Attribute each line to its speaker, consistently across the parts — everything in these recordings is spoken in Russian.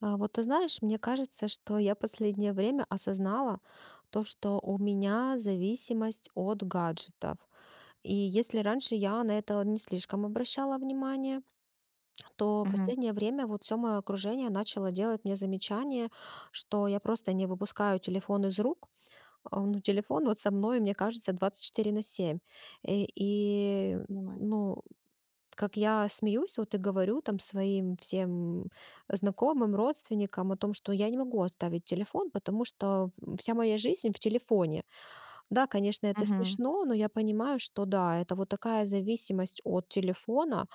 Speaker 1: Вот ты знаешь, мне кажется, что я последнее время осознала то, что у меня зависимость от гаджетов. И если раньше я на это не слишком обращала внимание, то
Speaker 2: Мгм.
Speaker 1: последнее время вот все мое окружение начало делать мне замечание, что я просто не выпускаю телефон из рук. Ну, телефон вот со мной, мне кажется, 24/7. И,
Speaker 2: Понимаю.
Speaker 1: ну, как я смеюсь вот и говорю там своим всем знакомым, родственникам о том, что я не могу оставить телефон, потому что вся моя жизнь в телефоне. Да, конечно, это
Speaker 2: Мгм.
Speaker 1: смешно, но я понимаю, что да, это вот такая зависимость от телефона.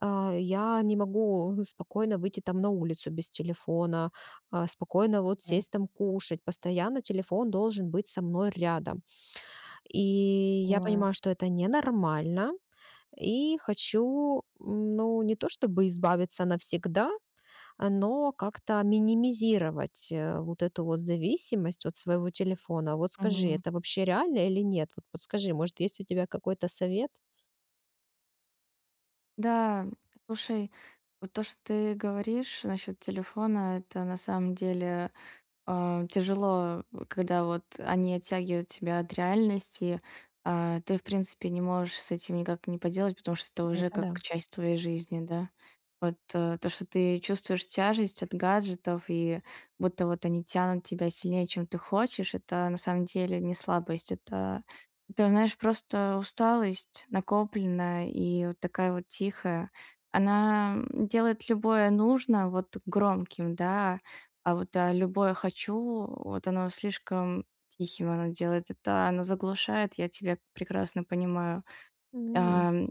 Speaker 1: Я не могу спокойно выйти там на улицу без телефона, спокойно вот
Speaker 2: Да,
Speaker 1: сесть там кушать. Постоянно телефон должен быть со мной рядом. И я
Speaker 2: понимаю.
Speaker 1: понимаю, что это ненормально, и хочу, ну, не то чтобы избавиться навсегда, но как-то минимизировать, вот эту вот зависимость от своего телефона. Вот скажи,
Speaker 2: Мгм.
Speaker 1: это вообще реально или нет? Вот подскажи, может, есть у тебя какой-то совет?
Speaker 2: Да, слушай, вот то, что ты говоришь насчет телефона, это на самом деле тяжело, когда вот они оттягивают тебя от реальности, а ты, в принципе, не можешь с этим никак не поделать, потому что это уже
Speaker 1: Это
Speaker 2: как
Speaker 1: да.
Speaker 2: часть твоей жизни, да. Вот то, что ты чувствуешь тяжесть от гаджетов, и будто вот они тянут тебя сильнее, чем ты хочешь, это на самом деле не слабость, это знаешь, просто усталость накопленная и вот такая вот тихая. Она делает любое нужно вот громким, да, а вот, любое "хочу", вот оно слишком тихим оно делает. Это оно заглушает, я тебя прекрасно понимаю.
Speaker 1: М.
Speaker 2: Ам,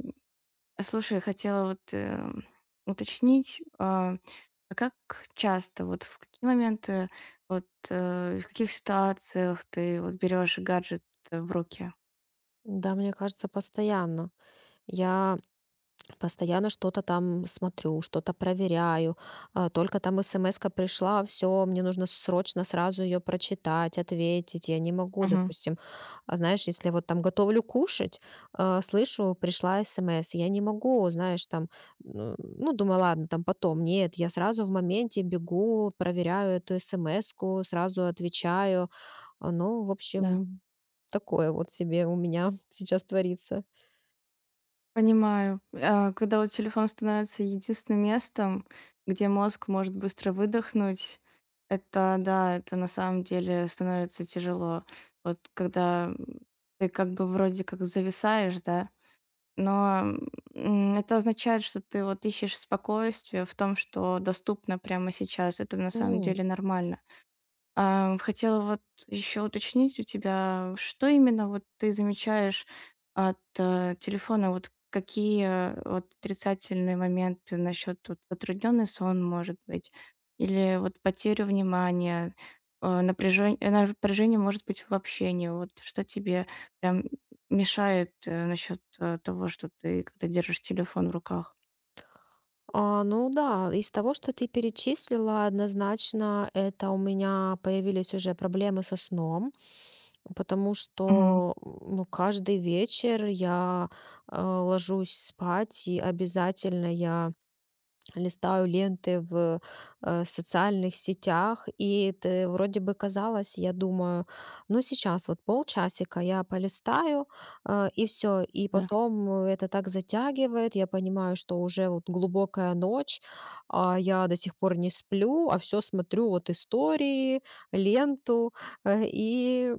Speaker 2: слушай, хотела вот, уточнить, а как часто, вот в какие моменты, вот, в каких ситуациях ты вот берешь гаджет в руки?
Speaker 1: Да, мне кажется, постоянно. Я Постоянно что-то там смотрю, что-то проверяю. Только там смс-ка пришла, все, мне нужно срочно сразу ее прочитать, ответить. Я не могу,
Speaker 2: Мгм.
Speaker 1: допустим, а знаешь, если вот там готовлю кушать, слышу, пришла смс, я не могу, знаешь, там, ну, думаю, ладно, там потом. Нет, я сразу в моменте бегу, проверяю эту смс-ку, сразу отвечаю. Ну, в
Speaker 2: Да.
Speaker 1: общем, такое вот себе у меня сейчас творится.
Speaker 2: Понимаю. А, когда вот телефон становится единственным местом, где мозг может быстро выдохнуть, это да, это на самом деле становится тяжело. Вот когда ты как бы вроде как зависаешь, да, но это означает, что ты вот ищешь спокойствие в том, что доступно прямо сейчас. Это на самом деле нормально. А, хотела вот еще уточнить у тебя, что именно вот ты замечаешь от, телефона? Вот какие вот отрицательные моменты насчет вот затрудненный сон, может быть, или вот потерю внимания, э, напряжение, может быть, в общении. Вот что тебе прям мешает, насчет, того, что ты когда держишь телефон в руках?
Speaker 1: Ну да, из того, что ты перечислила, однозначно это у меня появились уже проблемы со сном, потому
Speaker 2: Мгм.
Speaker 1: что ну, каждый вечер я ложусь спать, и обязательно я листаю ленты в социальных сетях, и это вроде бы казалось, я думаю, ну сейчас вот полчасика я полистаю, и все, и
Speaker 2: Да.
Speaker 1: потом это так затягивает, я понимаю, что уже вот глубокая ночь, а я до сих пор не сплю, а все смотрю вот истории, ленту, и,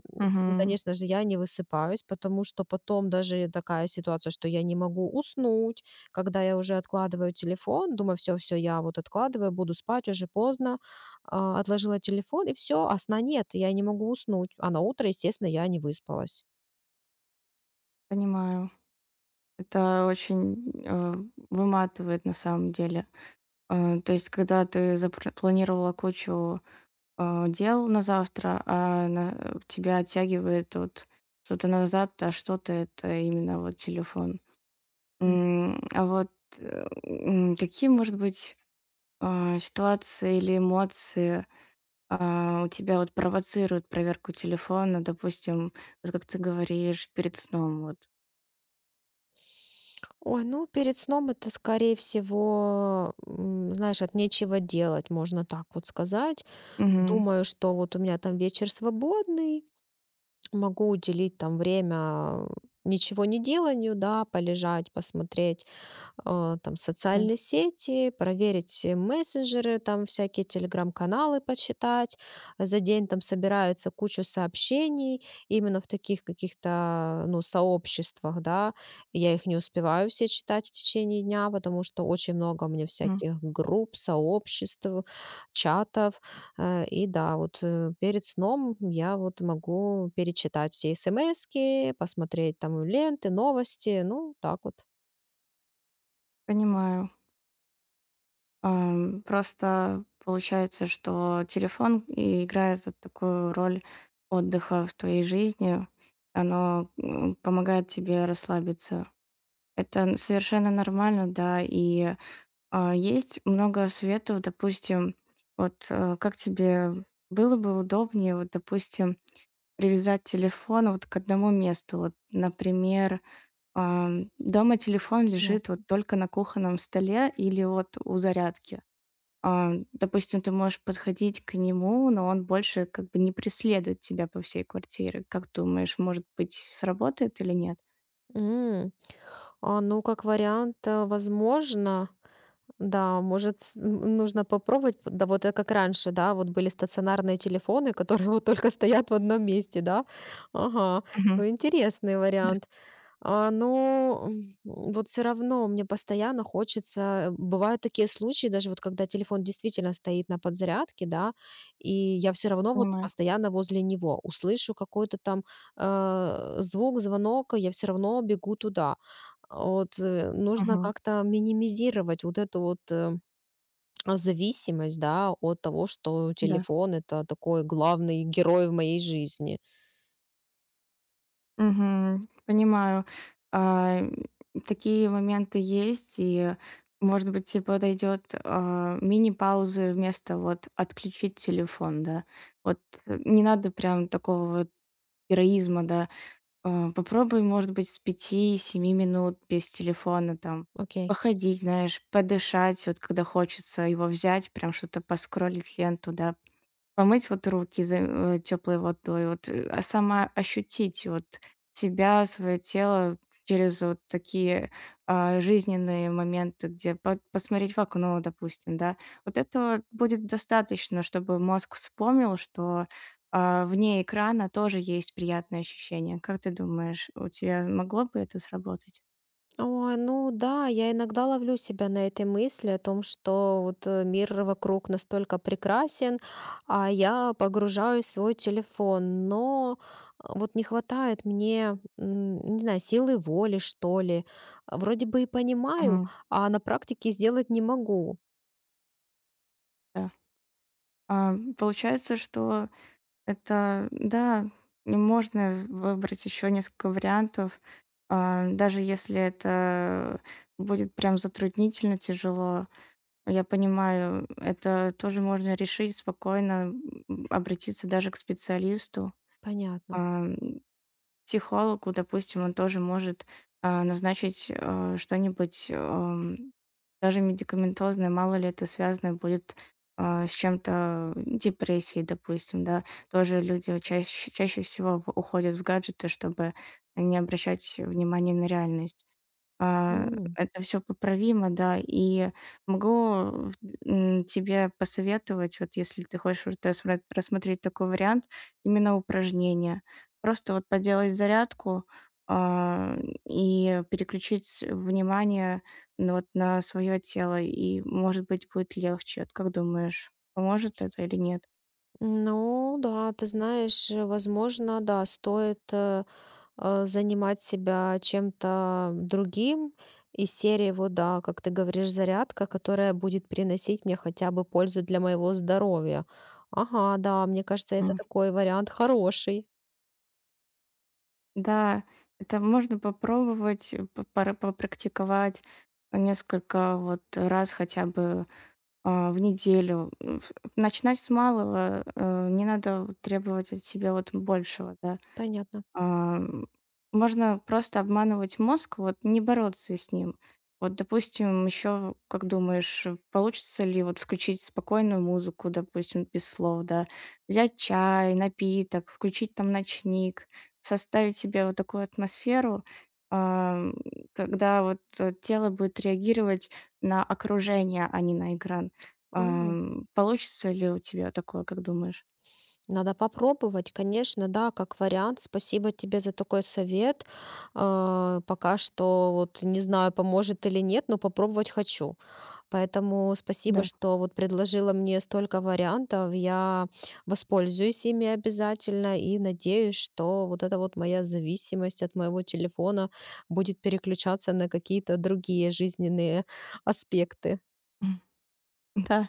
Speaker 2: Мгм.
Speaker 1: конечно же, я не высыпаюсь, потому что потом даже такая ситуация, что я не могу уснуть, когда я уже откладываю телефон, думаю, все, все, я вот откладываю, буду спать, уже поздно, отложила телефон, и все, а сна нет, я не могу уснуть. А на утро, естественно, я не выспалась.
Speaker 2: Понимаю. Это очень, выматывает на самом деле. Э, то есть, когда ты запланировала кучу, дел на завтра, а на тебя оттягивает вот что-то назад, это именно вот телефон. М, а вот, какие, может быть, ситуации или эмоции, у тебя вот провоцируют проверку телефона? Допустим, вот как ты говоришь, перед сном вот.
Speaker 1: Ой, ну, перед сном это, скорее всего, знаешь, от нечего делать, можно так вот сказать.
Speaker 2: Мгм.
Speaker 1: Думаю, что вот у меня там вечер свободный, могу уделить там время, ничего не деланию, да, полежать, посмотреть там
Speaker 2: Да.
Speaker 1: социальные сети, проверить мессенджеры, там всякие телеграм-каналы почитать. За день там собирается куча сообщений именно в таких каких-то, ну, сообществах, да. Я их не успеваю все читать в течение дня, потому что очень много у меня
Speaker 2: Мгм.
Speaker 1: всяких групп, сообществ, чатов. И да, вот перед сном я вот могу перечитать все смски, посмотреть там ленты, новости, ну, так вот.
Speaker 2: Понимаю. Просто получается, что телефон и играет вот такую роль отдыха в твоей жизни. Оно, помогает тебе расслабиться. Это н совершенно нормально, да. Есть много советов, допустим, вот, как тебе было бы удобнее, вот, допустим, привязать телефон вот к одному месту. Вот, например, дома телефон лежит вот
Speaker 1: Ясно.
Speaker 2: только на кухонном столе или вот у зарядки. А, допустим, ты можешь подходить к нему, но он больше как бы не преследует тебя по всей квартире. Как думаешь, может быть, сработает или нет?
Speaker 1: М. Ну, как вариант, возможно. Да, может, с н нужно попробовать. Да, вот это как раньше, да, вот были стационарные телефоны, которые вот только стоят в одном месте, да. Ага,
Speaker 2: Мгм.
Speaker 1: ну, интересный
Speaker 2: Да.
Speaker 1: вариант. Но, вот все равно мне постоянно хочется. Бывают такие случаи, даже вот когда телефон действительно стоит на подзарядке, да, и я все равно вот
Speaker 2: Понимаю.
Speaker 1: постоянно возле него. Услышу какой-то там, звук, звонок, и я все равно бегу туда. Вот, нужно
Speaker 2: Мгм.
Speaker 1: как-то минимизировать вот эту вот, зависимость, да, от того, что
Speaker 2: Да.
Speaker 1: телефон- это такой главный герой в моей жизни.
Speaker 2: Мгм. Понимаю. А, такие моменты есть, и, может быть, тебе подойдет мини-паузы вместо вот отключить телефон, да. Вот не надо прям такого вот героизма, да. А, попробуй, может быть, с пяти-семи минут без телефона там
Speaker 1: Окей.
Speaker 2: походить, знаешь, подышать, вот когда хочется его взять, прям что-то поскролить ленту, да. Помыть вот руки за теплой водой, вот, а сама ощутить вот себя, свое тело через вот такие, жизненные моменты, где по посмотреть в окно, допустим, да. Вот этого будет достаточно, чтобы мозг вспомнил, что, вне экрана тоже есть приятные ощущения. Как ты думаешь, у тебя могло бы это сработать?
Speaker 1: Ой, ну да, я иногда ловлю себя на этой мысли о том, что вот мир вокруг настолько прекрасен, а я погружаюсь в свой телефон, но вот не хватает мне, не знаю, силы воли, что ли. Вроде бы и понимаю,
Speaker 2: Мгм.
Speaker 1: а на практике сделать не могу.
Speaker 2: Да. А, получается, что это да, и можно выбрать еще несколько вариантов, даже если это будет прям затруднительно, тяжело. Я понимаю, это тоже можно решить спокойно, обратиться даже к специалисту.
Speaker 1: Понятно.
Speaker 2: А, психологу, допустим, он тоже может, назначить, что-нибудь, даже медикаментозное. Мало ли это связано будет, с чем-то, депрессией, допустим, да. Тоже люди вот чаще всего в уходят в гаджеты, чтобы не обращать внимания на реальность. А, это все поправимо, да. И могу, тебе посоветовать, вот если ты хочешь вот рассмат рассмотреть такой вариант, именно упражнения. Просто вот поделать зарядку, а, и переключить внимание, ну, вот на свое тело, и, может быть, будет легче. Вот как думаешь, поможет это или нет?
Speaker 1: Ну да, ты знаешь, возможно, да, стоит занимать себя чем-то другим из серии, вот да, как ты говоришь, зарядка, которая будет приносить мне хотя бы пользу для моего здоровья. Ага, да, мне кажется, это
Speaker 2: М.
Speaker 1: такой вариант хороший.
Speaker 2: Да, это можно попробовать, п пора попрактиковать несколько вот раз хотя бы в неделю. М, ф Начинать с малого, не надо вот требовать от себя вот большего, да.
Speaker 1: Понятно.
Speaker 2: Ам, можно просто обманывать мозг, вот не бороться с ним. Вот, допустим, еще, как думаешь, получится ли вот включить спокойную музыку, допустим, без слов, да, взять чай, напиток, включить там ночник, составить себе вот такую атмосферу, ам, когда вот тело будет реагировать на окружение, а не на экран.
Speaker 1: А,
Speaker 2: Ам, получится ли у тебя такое, как думаешь?
Speaker 1: Надо попробовать, конечно, да, как вариант. Спасибо тебе за такой совет. Пока что вот не знаю, поможет или нет, но попробовать хочу. Поэтому спасибо,
Speaker 2: Да.
Speaker 1: что вот предложила мне столько вариантов. Я воспользуюсь ими обязательно и надеюсь, что вот эта вот моя зависимость от моего телефона будет переключаться на какие-то другие жизненные аспекты.
Speaker 2: Да.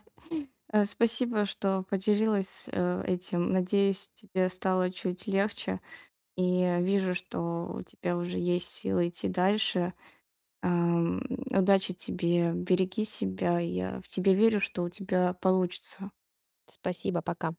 Speaker 2: Э, спасибо, что поделилась, этим. Надеюсь, тебе стало чуть легче. И вижу, что у тебя уже есть силы идти дальше. Ам, удачи тебе, береги себя. Я в тебя верю, что у тебя получится.
Speaker 1: Спасибо, пока.